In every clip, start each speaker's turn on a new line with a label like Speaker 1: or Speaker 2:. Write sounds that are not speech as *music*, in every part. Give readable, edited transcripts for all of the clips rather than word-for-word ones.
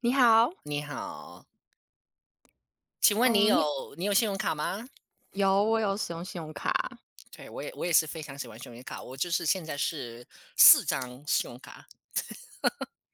Speaker 1: 你好。
Speaker 2: 你好，请问你
Speaker 1: 嗯，你
Speaker 2: 有你有信用卡吗？
Speaker 1: 有，我有使用信用卡。
Speaker 2: 对，我也是非常喜欢信用卡，我就是现在是四张信用卡，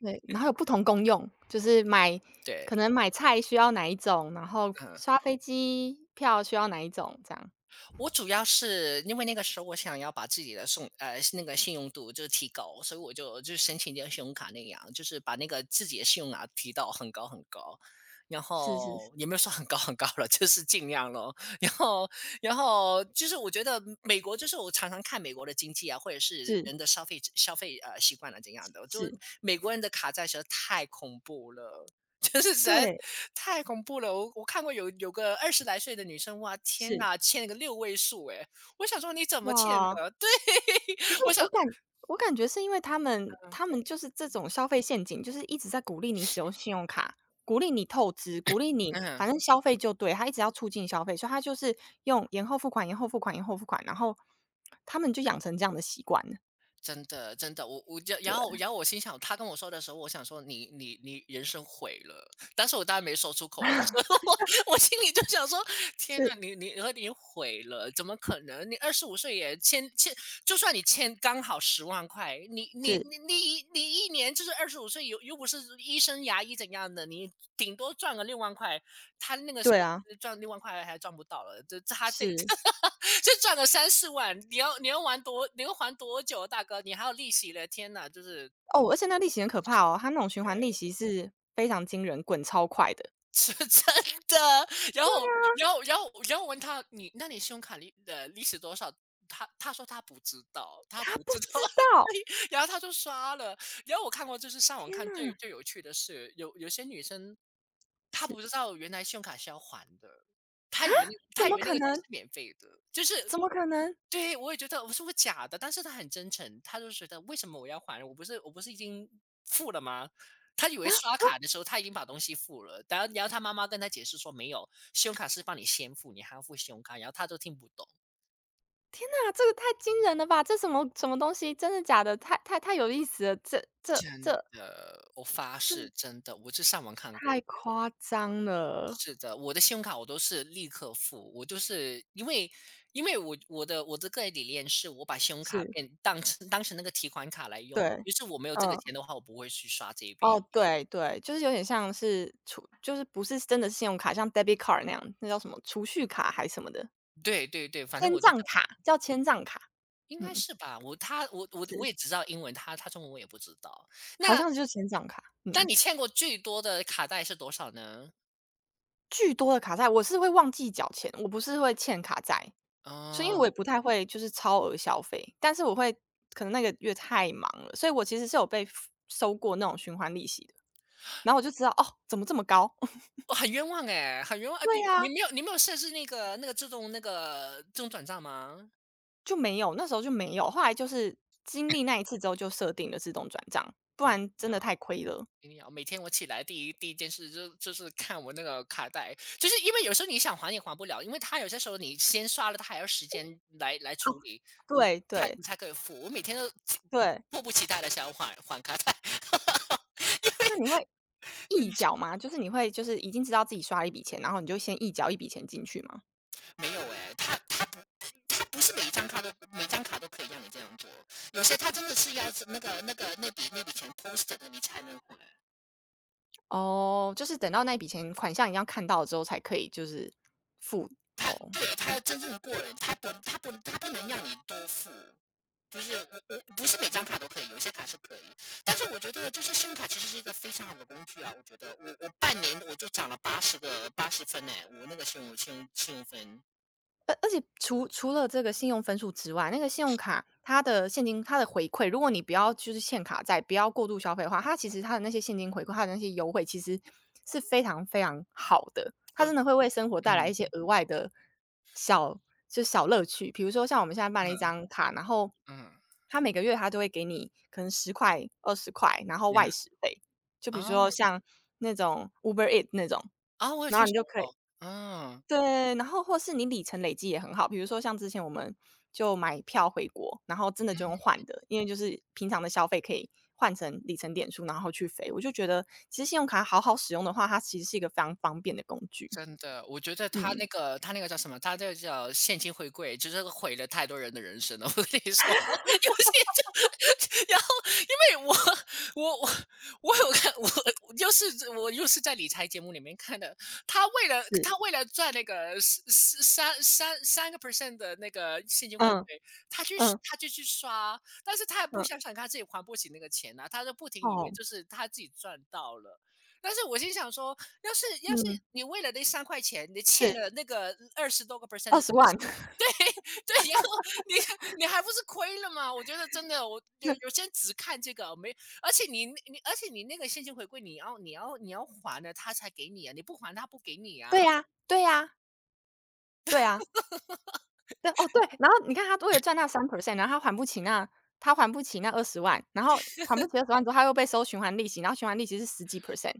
Speaker 1: 对，然后有不同功用，就是买可
Speaker 2: 对，
Speaker 1: 能买菜需要哪一种，然后
Speaker 2: 嗯。
Speaker 1: 刷飞机票需要哪一种，这样。
Speaker 2: 我主要是因为那个时候我想要把自己的那个信用度就是提高，所以我就申请一个信用卡那样，就是把那个自己的信用卡提到很高很高，然
Speaker 1: 是是是
Speaker 2: 后也没有说很高很高了，就是尽量咯。*laughs* 然后就是我觉得美国就是我常常看美国的经济啊，或者是
Speaker 1: 是
Speaker 2: 人的消费习惯啊怎样的，就是
Speaker 1: 是，
Speaker 2: 美国人的卡债实在太恐怖了。就是实在
Speaker 1: 对。
Speaker 2: 太恐怖了。我看过有个二十来岁的女生，哇，天
Speaker 1: 是。
Speaker 2: 呐，欠了个六位数哎，我想说你怎么欠
Speaker 1: 哇！
Speaker 2: 的？对，
Speaker 1: 可是
Speaker 2: *laughs* 我想
Speaker 1: 我感我感觉是因为他们
Speaker 2: 嗯，
Speaker 1: 他们就是这种消费陷阱，就是一直在鼓励你使用信用卡，鼓励你透支，鼓励你
Speaker 2: 嗯。
Speaker 1: 反正消费就对，他一直要促进消费，所以他就是用延后付款、延后付款、延后付款，然后他们就养成这样的习惯了。
Speaker 2: 真的，真的，我就
Speaker 1: 对，
Speaker 2: 然后我心想，他跟我说的时候，我想说你人生毁了，但是我当然没说出口啊，但是我 *laughs* 我心里就想说，天呐，
Speaker 1: 是
Speaker 2: 你毁了，怎么可能？你二十五岁也欠，就算你欠刚好10万块，你你
Speaker 1: 是，
Speaker 2: 你你一你一年就是二十五岁，又不是医生牙医怎样的，你顶多赚个六万块，他那个时
Speaker 1: 对
Speaker 2: 候
Speaker 1: 啊，
Speaker 2: 是赚六万块还赚不到了，他这
Speaker 1: 是
Speaker 2: *laughs* 就赚了3、4万，你要玩多，你要还多久，大哥？你还有利息嘞！天哪，就是
Speaker 1: 哦，而且那利息很可怕哦，他那种循环利息是非常惊人，滚超快的。
Speaker 2: *laughs* 是真的。然后然后我问他，你信用卡利息多少？他说他不知道，他
Speaker 1: 他
Speaker 2: 不
Speaker 1: 不
Speaker 2: 知
Speaker 1: 知
Speaker 2: 道，
Speaker 1: 道。
Speaker 2: *laughs* 然后他就刷了。然后我看过，就是上网看最有趣的是，有些女生她
Speaker 1: 是。
Speaker 2: 不知道原来信用卡是要还的，
Speaker 1: 怎
Speaker 2: 她以
Speaker 1: 么
Speaker 2: 为那
Speaker 1: 可
Speaker 2: 个钱
Speaker 1: 能？
Speaker 2: 是免费的，就是
Speaker 1: 怎么可能？
Speaker 2: 对，我也觉得我说我假的，但是他很真诚，他就觉得为什么我要还？我不是已经付了吗？他以为刷卡的时候他已经把东西付了，然后他妈妈跟他解释说没有，信用卡是帮你先付，你还要付信用卡，然后他都听不懂。
Speaker 1: 天哪，这个太惊人了吧！这什么什么东西？真的假的？太有意思了，
Speaker 2: 真的，我发
Speaker 1: 这
Speaker 2: 誓，真的，我就上网看
Speaker 1: 太
Speaker 2: 过。
Speaker 1: 夸张了。
Speaker 2: 是的，我的信用卡我都是立刻付，我就是因为我的个人理念是我把信用卡
Speaker 1: 是。
Speaker 2: 变当成当成那个提款卡来用，
Speaker 1: 对。
Speaker 2: 于是我没有这个
Speaker 1: 嗯。
Speaker 2: 钱的话，我不会去刷这一笔。
Speaker 1: 哦，对对，就是有点像是储就是不是真的是信用卡，像 debit card 那样，那叫什么储蓄卡还是什么的，
Speaker 2: 对对对，反正
Speaker 1: 千
Speaker 2: 我就这
Speaker 1: 账
Speaker 2: 样，
Speaker 1: 卡，叫千账卡。
Speaker 2: 应该
Speaker 1: 嗯，
Speaker 2: 是吧。我他我我我
Speaker 1: 是，
Speaker 2: 也只知道英文，他中文我也不知道。
Speaker 1: 好
Speaker 2: 那
Speaker 1: 像就是千账卡。
Speaker 2: 那
Speaker 1: 嗯，
Speaker 2: 你欠过最多的卡带是多少呢？
Speaker 1: 巨多的卡债，我是会忘记缴钱，我不是会欠卡债。所以因为我
Speaker 2: 啊、
Speaker 1: 也不太会就是超额消费，但是我会可能那个月太忙了，所以我其实是有被 收过那种循环利息的。然后我就知道哦，怎么这么高？*laughs*
Speaker 2: 我很冤枉哎、很冤枉啊！你
Speaker 1: 对呀、
Speaker 2: 你没有你没有设置那个那个自动那个自动转账吗？
Speaker 1: 就没有，那时候就没有。后来就是经历那一次之后，就设定了自动转账，不
Speaker 2: 你
Speaker 1: 然真的太亏了。
Speaker 2: 一定要每天我起来第一件事就是看我那个卡带，就是因为有时候你想还也还不了，因为他有些时候你先刷了，他还要时间来
Speaker 1: 哦，
Speaker 2: 处理，你
Speaker 1: 对
Speaker 2: 他
Speaker 1: 对
Speaker 2: 你才可以付。我每天都
Speaker 1: 对，
Speaker 2: 迫不及待的想要还卡带，*laughs* 因为
Speaker 1: 那你会
Speaker 2: 那你
Speaker 1: 一缴
Speaker 2: 说
Speaker 1: 吗？就是你会就是已经知道自己刷了一笔钱，然后你就先一缴一笔钱进去吗？
Speaker 2: 没有哎、他不是每张卡都可以让你这样做，有些他真的是要是那笔钱 post e 的你才能还，
Speaker 1: 哦，就是等到那笔钱款项一样看到了之后，才可以就是付哦。
Speaker 2: 他要真正的过人，他不能让你多付。不是，不是每张卡都可以，有些卡是可以。但是我觉得，就是信用卡其实是一个非常好的工具啊。我觉得我半年我就涨了80分呢、我那个信用分，
Speaker 1: 而且除了这个信用分数之外，那个信用卡它的现金它的回馈，如果你不要就是欠卡债，不要过度消费的话，它其实它的那些现金回馈，它的那些优惠其实是非常非常好的。它
Speaker 2: 哦，
Speaker 1: 真的会为生活带来
Speaker 2: 嗯
Speaker 1: 一些额外的小小乐趣。比如说像我们现在办了一
Speaker 2: 嗯
Speaker 1: 张卡，然后
Speaker 2: 嗯
Speaker 1: 它每个月它都会给你可能十块、二十块，然后
Speaker 2: 嗯，
Speaker 1: 外食费。就比如
Speaker 2: 啊
Speaker 1: 说像那种 Uber e a t 那种，
Speaker 2: 啊，我有
Speaker 1: 然后
Speaker 2: 听
Speaker 1: 你就
Speaker 2: 说
Speaker 1: 可以
Speaker 2: 过，啊
Speaker 1: 对，然后或是你里程累积也很好，比如说像之前我们就买票回国，然后真的就用
Speaker 2: 嗯。
Speaker 1: 换的，因为就是平常的消费可以换成里程点数，然后去飞。我就觉得其实信用卡好好使用的话，它其实是一个非常方便的工具。
Speaker 2: 真的，我觉得他
Speaker 1: 嗯，
Speaker 2: 那个他那个叫什么？他这个叫现金回馈，就是毁了太多人的人生了。*laughs* 我跟你说，有些就，*laughs* 然后因为我我我我有看，*laughs* 我又是我又是在理财节目里面看的，他为了
Speaker 1: 是，
Speaker 2: 他为了赚那个3% 的那个现金回馈，
Speaker 1: 嗯
Speaker 2: 他去
Speaker 1: 嗯
Speaker 2: 他就去刷，但是他也不
Speaker 1: 嗯，
Speaker 2: 想想他自己还不起那个钱啊，他就不停以为
Speaker 1: 哦，
Speaker 2: 就是他自己赚到了。但是我心想说，要是
Speaker 1: 嗯，
Speaker 2: 你为了那三块钱，你欠
Speaker 1: 是
Speaker 2: 了那个20多%
Speaker 1: 二
Speaker 2: 的
Speaker 1: 十
Speaker 2: 利
Speaker 1: 万。
Speaker 2: 息，*laughs* 对，然后你你还不是亏了吗？我觉得真的，我有
Speaker 1: *laughs*
Speaker 2: 些人只看这个，没而且你你而且你那个现金回馈，你要还了他才给你啊，你不还他不给你啊。
Speaker 1: 对呀，对呀，对啊，对哦对，然后你看他为了赚那三 percent，然后他还不起那二十万，然后还不起二十万之后，他又被收循环利息，然后循环利息是十几 percent。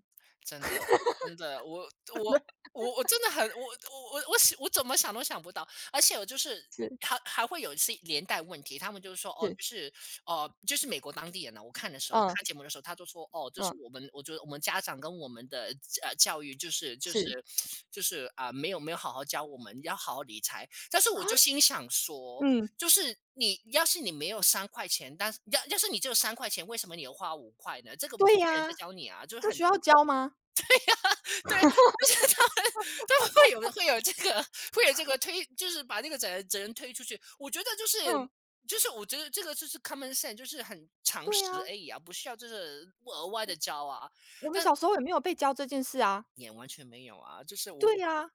Speaker 2: 真的真的，我我我我真的很我想，我怎么想都想不到，而且我就是
Speaker 1: 是
Speaker 2: 还会有一些连带问题，他们就是说哦，
Speaker 1: 是，
Speaker 2: 就是美国当地人呢、我看的时候，
Speaker 1: 嗯
Speaker 2: 看节目的时候，他就说哦，就是
Speaker 1: 嗯，
Speaker 2: 我们，我觉得我们家长跟我们的教育
Speaker 1: 是。
Speaker 2: 就是啊、没有好好教我们要好好理财，但是
Speaker 1: 啊？
Speaker 2: 我就心想说，
Speaker 1: 嗯。
Speaker 2: 就是你要是你没有三块钱，但是要是你只有三块钱，为什么你要花五块呢？这个不
Speaker 1: 对
Speaker 2: 算人家
Speaker 1: 呀，
Speaker 2: 教你啊，就是
Speaker 1: 这
Speaker 2: 很
Speaker 1: 需要教吗？
Speaker 2: 对，就是他们会有会有这个推，就是把那个责任推出去。
Speaker 1: 嗯，
Speaker 2: 我觉得这个就是 common sense，就是很常
Speaker 1: 对呀，
Speaker 2: 识而已啊，不需要就是额外的教啊，
Speaker 1: 我们小时候也没有被教这件事啊。
Speaker 2: 也完全没有啊。就是我
Speaker 1: 对呀，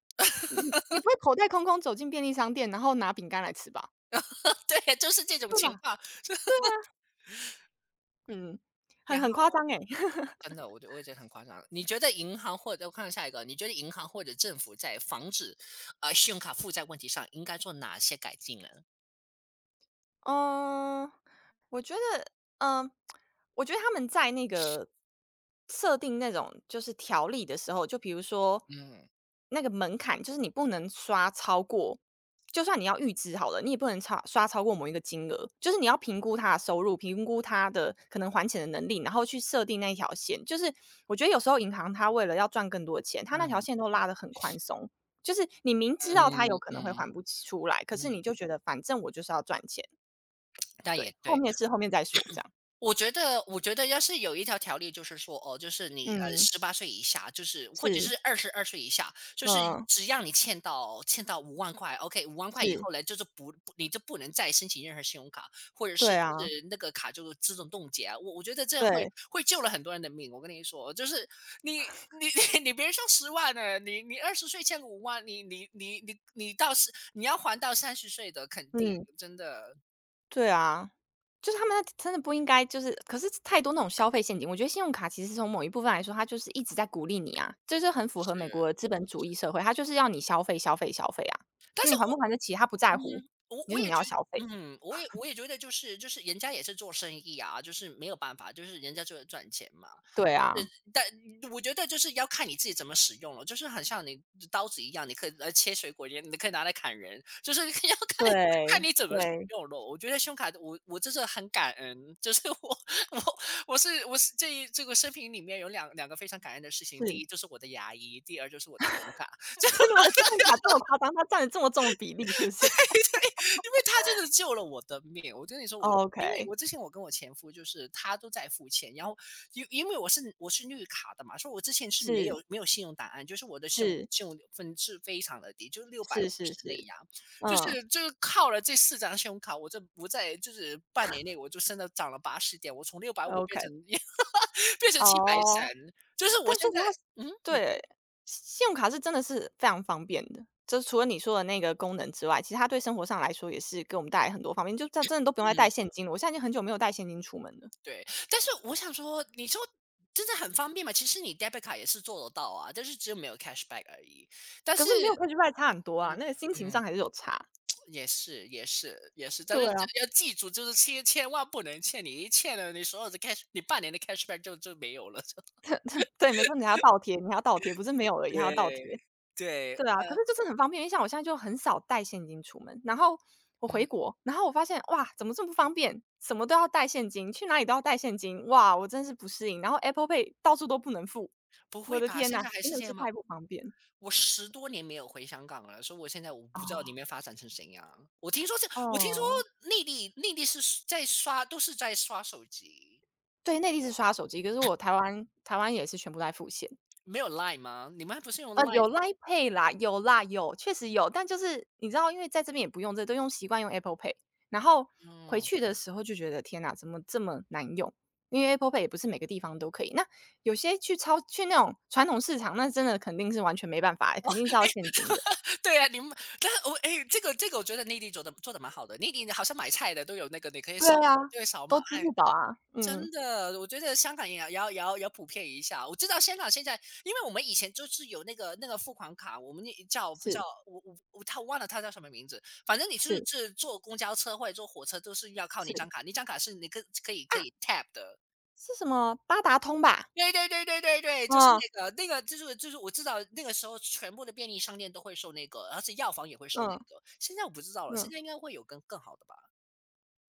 Speaker 1: 你你不会口袋空空走进便利商店，然后拿饼干来吃吧？
Speaker 2: *laughs* 对，就是这种
Speaker 1: 对
Speaker 2: 情
Speaker 1: 吧？
Speaker 2: 况。
Speaker 1: 对啊。嗯，很
Speaker 2: 然
Speaker 1: 很夸
Speaker 2: 后
Speaker 1: 张哎。
Speaker 2: 真的，我也觉得很夸张。你觉得银行或者我看下一个，你觉得银行或者政府在防止信用卡负债问题上应该做哪些改进呢？
Speaker 1: 嗯，我觉得，嗯，我觉得他们在那个设定那种就是条例的时候，就比如说
Speaker 2: 嗯
Speaker 1: 那个门槛，就是你不能刷超过，就算你要预支好了，你也不能超刷超过某一个金额，就是你要评估他的收入，评估他的可能还钱的能力，然后去设定那一条线。就是我觉得有时候银行它为了要赚更多的钱，它那条
Speaker 2: 嗯
Speaker 1: 线都拉得很宽松，就是你明知
Speaker 2: 嗯
Speaker 1: 道他有可能会
Speaker 2: 嗯
Speaker 1: 还不起出来，可
Speaker 2: 嗯，
Speaker 1: 是你就觉得反正我就是要赚钱。
Speaker 2: 但也
Speaker 1: 对，后
Speaker 2: 对。
Speaker 1: 面是后面再说这样。
Speaker 2: 我觉得要是有一条条例，就是说哦，就是你
Speaker 1: 嗯，
Speaker 2: 18岁以下，就是或者
Speaker 1: 是，
Speaker 2: 是22岁以下，就是
Speaker 1: 嗯，
Speaker 2: 只要你欠到5万块 OK 5万块以
Speaker 1: 是，
Speaker 2: 后呢，就是不不你就不能再申请任何信用卡，或者是
Speaker 1: 对啊，
Speaker 2: 是那个卡就自动冻结啊。我觉得这会
Speaker 1: 对，
Speaker 2: 会救了很多人的命。我跟你说，就是你你 *laughs* 你别说10万了，你20岁欠个5万，你要还到30岁的，肯定
Speaker 1: 嗯，
Speaker 2: 真的
Speaker 1: 对啊，就是他们真的不应该就是可是太多那种消费陷阱，我觉得信用卡其实从某一部分来说，它就是一直在鼓励你啊，这就是很符合美国
Speaker 2: 是。
Speaker 1: 的资本主义社会，它就是要你消费、消费、消费啊。
Speaker 2: 但
Speaker 1: 那
Speaker 2: 是
Speaker 1: 你还不还得起，他不在乎，
Speaker 2: 嗯，我
Speaker 1: 你就
Speaker 2: 我
Speaker 1: 是
Speaker 2: 也
Speaker 1: 你要
Speaker 2: 觉
Speaker 1: 消费。
Speaker 2: 得，嗯，我也觉得就是人家也是做生意啊，就是没有办法，就是人家就是赚钱嘛。
Speaker 1: 对
Speaker 2: 呃，
Speaker 1: 啊，
Speaker 2: 但我觉得就是要看你自己怎么使用了，就是很像你刀子一样，你可以来切水果，也你可以拿来砍人，就是 *laughs* 要看
Speaker 1: 对，
Speaker 2: 看你怎么使
Speaker 1: 对，
Speaker 2: 用了。我觉得信用卡的，我真的很感恩，就是我 *laughs* 我我是这个视频里面有两个非常感恩的事情，第
Speaker 1: 是。
Speaker 2: 一就是我的牙医，第二就是我的信用卡，
Speaker 1: *laughs*。真的吗？信用卡这么夸张，它占了这么重的比例是不是
Speaker 2: 因为他真的救了我的命。我跟你说，我因为
Speaker 1: ？OK，
Speaker 2: 我之前我跟我前夫就是他都在付钱，然后因为我是绿卡的嘛，所以我之前是没
Speaker 1: 是，
Speaker 2: 有没有信用档案，就是我的信用
Speaker 1: 是，
Speaker 2: 信用分是非常的低，就是六百
Speaker 1: 是
Speaker 2: 五
Speaker 1: 是
Speaker 2: 十那
Speaker 1: 是。
Speaker 2: 样，就
Speaker 1: 嗯
Speaker 2: 是就是靠了这四张信用卡，我在就是半年内我就真的涨了八十点，我从六百五
Speaker 1: ，OK，
Speaker 2: 变成 *laughs* 变成七百三，
Speaker 1: 哦，
Speaker 2: 就是我
Speaker 1: 但
Speaker 2: 现
Speaker 1: 说实
Speaker 2: 在
Speaker 1: 话，
Speaker 2: 嗯你
Speaker 1: 对，信用卡是真的是非常方便的。就是除了你说的那个功能之外，其实它对生活上来说也是给我们带来很多方便。就这真的都不用再带
Speaker 2: 嗯。
Speaker 1: 现金了，我现在已经很久没有带现金出门了。
Speaker 2: 对，但是我想说，你说真的很方便嘛？其实你 debit 卡也是做得到啊，但是只有没有 cashback 而已。但
Speaker 1: 可
Speaker 2: 是，
Speaker 1: 是没有科技派差很多啊，那个心情上
Speaker 2: 嗯，
Speaker 1: 还是有差。
Speaker 2: 也是，也是，也是，但
Speaker 1: 对
Speaker 2: 是
Speaker 1: 啊，
Speaker 2: 要记住，就是千千万不能欠你，一欠了你所有的 cash，你半年的 cashback 就没有了。*laughs* 就
Speaker 1: 对，没错，你还要倒贴，你还要倒贴，不是没有而已，还要
Speaker 2: 对
Speaker 1: 倒贴。
Speaker 2: 对，
Speaker 1: 对啊，可是就是很方便，因为像我现在就很少带现金出门，然后我回
Speaker 2: 嗯，
Speaker 1: 国，然后我发现哇，怎么这么不方便？什么都要带现金，去哪里都要带现金，哇，我真是不适应。然后 Apple Pay 到处都不能付，
Speaker 2: 不
Speaker 1: 我
Speaker 2: 会
Speaker 1: 的
Speaker 2: 吧？
Speaker 1: 天
Speaker 2: 现
Speaker 1: 呐，
Speaker 2: 在还
Speaker 1: 真
Speaker 2: 是
Speaker 1: 的
Speaker 2: 这
Speaker 1: 是
Speaker 2: 样吗？
Speaker 1: 太不
Speaker 2: 我
Speaker 1: 方便。
Speaker 2: 我十多年没有回香港了，所以我现在我不知道里
Speaker 1: 哦，
Speaker 2: 面发展成怎样。我听说这，我听说
Speaker 1: 哦，
Speaker 2: 内地是在刷，都是在刷手机。
Speaker 1: 对，内地是刷手机，可是我台湾也是全部在付现。
Speaker 2: 没有 LINE 吗？你们还不是用
Speaker 1: 呃，有
Speaker 2: LINE
Speaker 1: Line Pay 啦，有啦，有，确实有，但就是你知道，因为在这边也不用这，都用习惯用 Apple Pay，然后回
Speaker 2: 嗯
Speaker 1: 去的时候就觉得天哪，怎么这么难用？因为 Apple Pay 也不是每个地方都可以，那有些去超去那种传统市场，那真的肯定是完全没办法，肯定是要现金的。
Speaker 2: *laughs*，对啊，你们但是我哎，这个我觉得内地做的蛮好的，内地好像买菜的都有那个，你可以
Speaker 1: 对
Speaker 2: 扫
Speaker 1: 啊，
Speaker 2: 就会扫码，
Speaker 1: 都支
Speaker 2: 哎，
Speaker 1: 付宝啊，嗯，
Speaker 2: 真的，我觉得香港也要也要也要也要普遍一下。我知道香港现在，因为我们以前就是有那个付款卡，我们也叫不叫
Speaker 1: 是
Speaker 2: 我他忘了他叫什么名字，反正你就
Speaker 1: 是
Speaker 2: 是坐公交车或者坐火车都是要靠那
Speaker 1: 是，
Speaker 2: 张卡，那张卡是你可可以
Speaker 1: 啊，
Speaker 2: 可以 tap 的。
Speaker 1: 是什么八达通吧？
Speaker 2: 对对对对对对，就是
Speaker 1: 嗯
Speaker 2: 那个就是我知道那个时候全部的便利商店都会售那个，而且药房也会售那
Speaker 1: 嗯
Speaker 2: 个。现在我不知道了，
Speaker 1: 嗯。
Speaker 2: 现在应该会有更好的吧？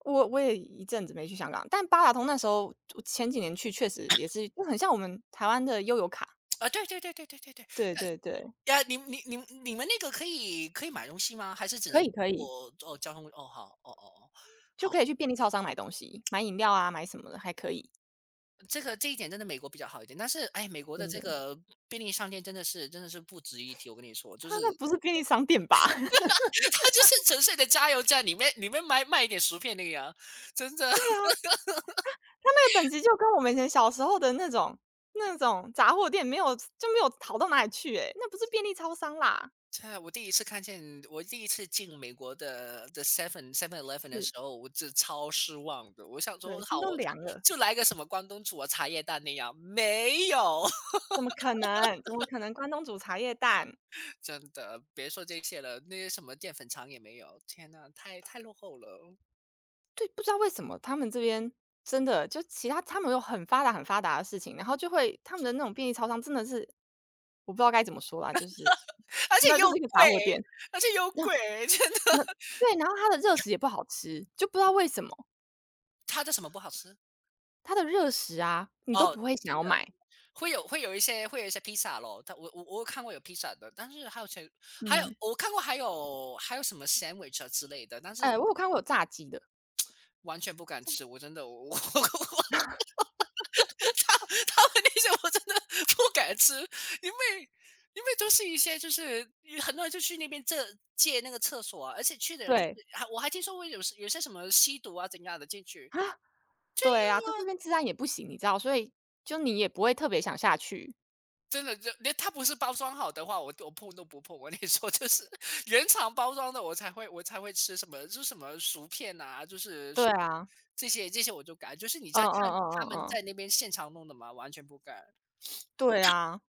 Speaker 1: 我也一阵子没去香港，但八达通那时候我前几年去确实也是就很像我们台湾的悠游卡。
Speaker 2: 啊，对对对对对对对，
Speaker 1: 对对对，
Speaker 2: 呀，你你们那个可以可以买东西吗？还是只
Speaker 1: 可
Speaker 2: 能
Speaker 1: 以可以，
Speaker 2: 坐做交通？哦好哦哦哦。
Speaker 1: 就
Speaker 2: 好，
Speaker 1: 可以去便利超商买东西，买饮料啊，买什么的还可以，
Speaker 2: 这个这一点真的美国比较好一点，但是哎，美国的
Speaker 1: 真
Speaker 2: 这
Speaker 1: 的。
Speaker 2: 个便利商店真的是不值一提。我跟你说，就
Speaker 1: 它
Speaker 2: 是
Speaker 1: 那不
Speaker 2: *laughs*
Speaker 1: 是便利商店吧？
Speaker 2: 它就是纯粹的加油站，里面卖一点薯片那个样，真
Speaker 1: *laughs*
Speaker 2: 的。
Speaker 1: 对啊，它那个等级就跟我们以前小时候的那种那种杂货店没有就没有好到哪里去诶、那不是便利超商啦。
Speaker 2: 在我第一次看见，我第一次进美国的的 Seven Eleven 的
Speaker 1: 是，
Speaker 2: 时候，我这超失望的。我想
Speaker 1: 对，
Speaker 2: 说，
Speaker 1: 心
Speaker 2: 好，
Speaker 1: 都凉了，
Speaker 2: 就来个什么关东煮啊、茶叶蛋那样，没有，
Speaker 1: 怎么可能？怎么可能关东煮茶叶蛋？
Speaker 2: *laughs* 真的，别说这些了，那些什么淀粉肠也没有。天呐，太落后了，
Speaker 1: 对，不知道为什么他们这边真的就其他他们有很发达很发达的事情，然后就会他们的那种便利超商真的是我不知道该怎么说啦，就是
Speaker 2: 而且
Speaker 1: 那就
Speaker 2: 又
Speaker 1: 是一个杂
Speaker 2: 贵，
Speaker 1: 货店。
Speaker 2: 而且又
Speaker 1: 那
Speaker 2: 贵，*laughs* 真的。
Speaker 1: 那对，然后它的热食也不好吃，就不知道为什么，
Speaker 2: 它的什么不好吃？
Speaker 1: 它的热食啊，你都
Speaker 2: 哦，
Speaker 1: 不会想
Speaker 2: 真
Speaker 1: 要
Speaker 2: 的
Speaker 1: 买。
Speaker 2: 会有一些披萨咯，但我有看过有披萨的，但是还有些还有
Speaker 1: 嗯，
Speaker 2: 我看过还有什么 sandwich 啊之类的，但是
Speaker 1: 哎，我有看过有炸鸡的，
Speaker 2: 完全不敢吃，我真的我 *laughs* 他们那些我真的不敢吃，因为因为都是一些就是很多人就去那边这借那个厕所啊，而且去的人就是
Speaker 1: 对，
Speaker 2: 还我还听说过有些什么吸毒啊怎样的进去，
Speaker 1: 啊，对啊，就这边治安也不行，你知道，所以就你也不会特别想下去。
Speaker 2: 真的就连他不是包装好的话，我碰都不碰。我跟你说，就是 *laughs* 原厂包装的我才会吃什么，就是什么薯片啊，就是
Speaker 1: 对啊，
Speaker 2: 这些我就敢，就是你
Speaker 1: 嗯
Speaker 2: 在
Speaker 1: 嗯
Speaker 2: 看他
Speaker 1: 嗯嗯
Speaker 2: 们
Speaker 1: 嗯，
Speaker 2: 在那边现场弄的嘛，完全不敢。
Speaker 1: 对啊。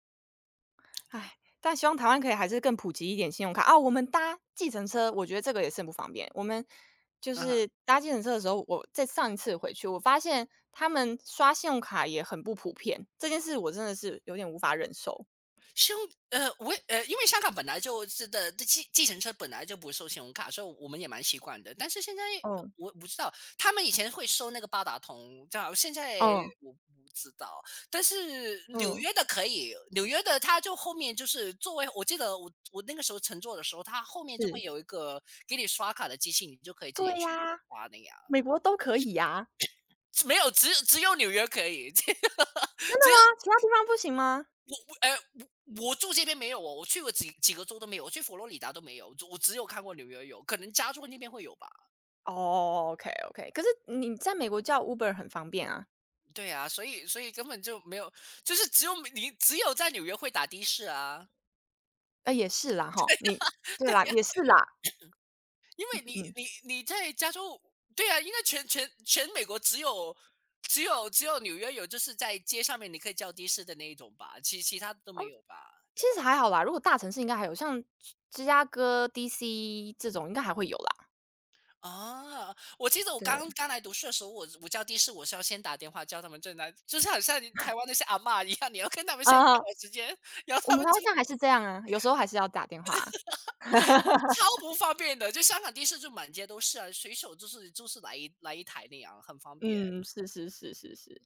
Speaker 1: 唉，但希望台湾可以还是更普及一点信用卡。啊，我们搭计程车，我觉得这个也是很不方便。我们就
Speaker 2: 嗯哼。
Speaker 1: 是搭计程车的时候，我在上一次回去，我发现他们刷信用卡也很不普遍，这件事我真的是有点无法忍受。
Speaker 2: 因为香港本来就是的，这计程车本来就不收信用卡，所以我们也蛮习惯的。但是现在
Speaker 1: 嗯，
Speaker 2: 我不知道，他们以前会收那个八达通，这样现在
Speaker 1: 嗯，
Speaker 2: 我不知道。但是纽
Speaker 1: 嗯，
Speaker 2: 约的可以，纽约的它就后面就是作为，我记得我那个时候乘坐的时候，它后面就会
Speaker 1: 是。
Speaker 2: 有一个给你刷卡的机器，你就可以自
Speaker 1: 对
Speaker 2: 己去
Speaker 1: 呀，
Speaker 2: 刷那样。
Speaker 1: 美国都可以呀。
Speaker 2: 没有，只有纽约可以，*laughs* 只
Speaker 1: 真的吗？
Speaker 2: 有
Speaker 1: 其他地方不行吗？
Speaker 2: 哎、我我住这边没有哦，我去过几个州都没有，我去佛罗里达都没有，我只有看过纽约有，可能加州那边会有吧。
Speaker 1: 哦，OK，OK。可是你在美国叫 Uber 很方便啊。
Speaker 2: 对啊，所以根本就没有，就是只有你只有在纽约会打的士啊，
Speaker 1: 啊，也是啦，哈，你对啦，也是啦。
Speaker 2: 因为你
Speaker 1: 嗯。
Speaker 2: 你你在加州，对啊，应该全美国只有纽约有，就是在街上面你可以叫的士的那一种吧，其他的都没有吧。
Speaker 1: 其实还好啦，如果大城市应该还有，像芝加哥、DC 这种应该还会有啦。
Speaker 2: 啊！我记得我
Speaker 1: 对，
Speaker 2: 刚刚来读书的时候，我我叫的士，我是要先打电话叫他们正在，就是好像你台湾那些阿嬷一样，你要跟他们先约
Speaker 1: 啊，
Speaker 2: 好时间，然后
Speaker 1: 我
Speaker 2: 他
Speaker 1: 们
Speaker 2: 们
Speaker 1: 好
Speaker 2: 就
Speaker 1: 像还
Speaker 2: *laughs*
Speaker 1: 是这样啊，有时候还是要打电话啊。*laughs*
Speaker 2: 超不方便的。就香港的士就满街都是啊，随手就是来一台那样，很方便。
Speaker 1: 嗯，是是是是是。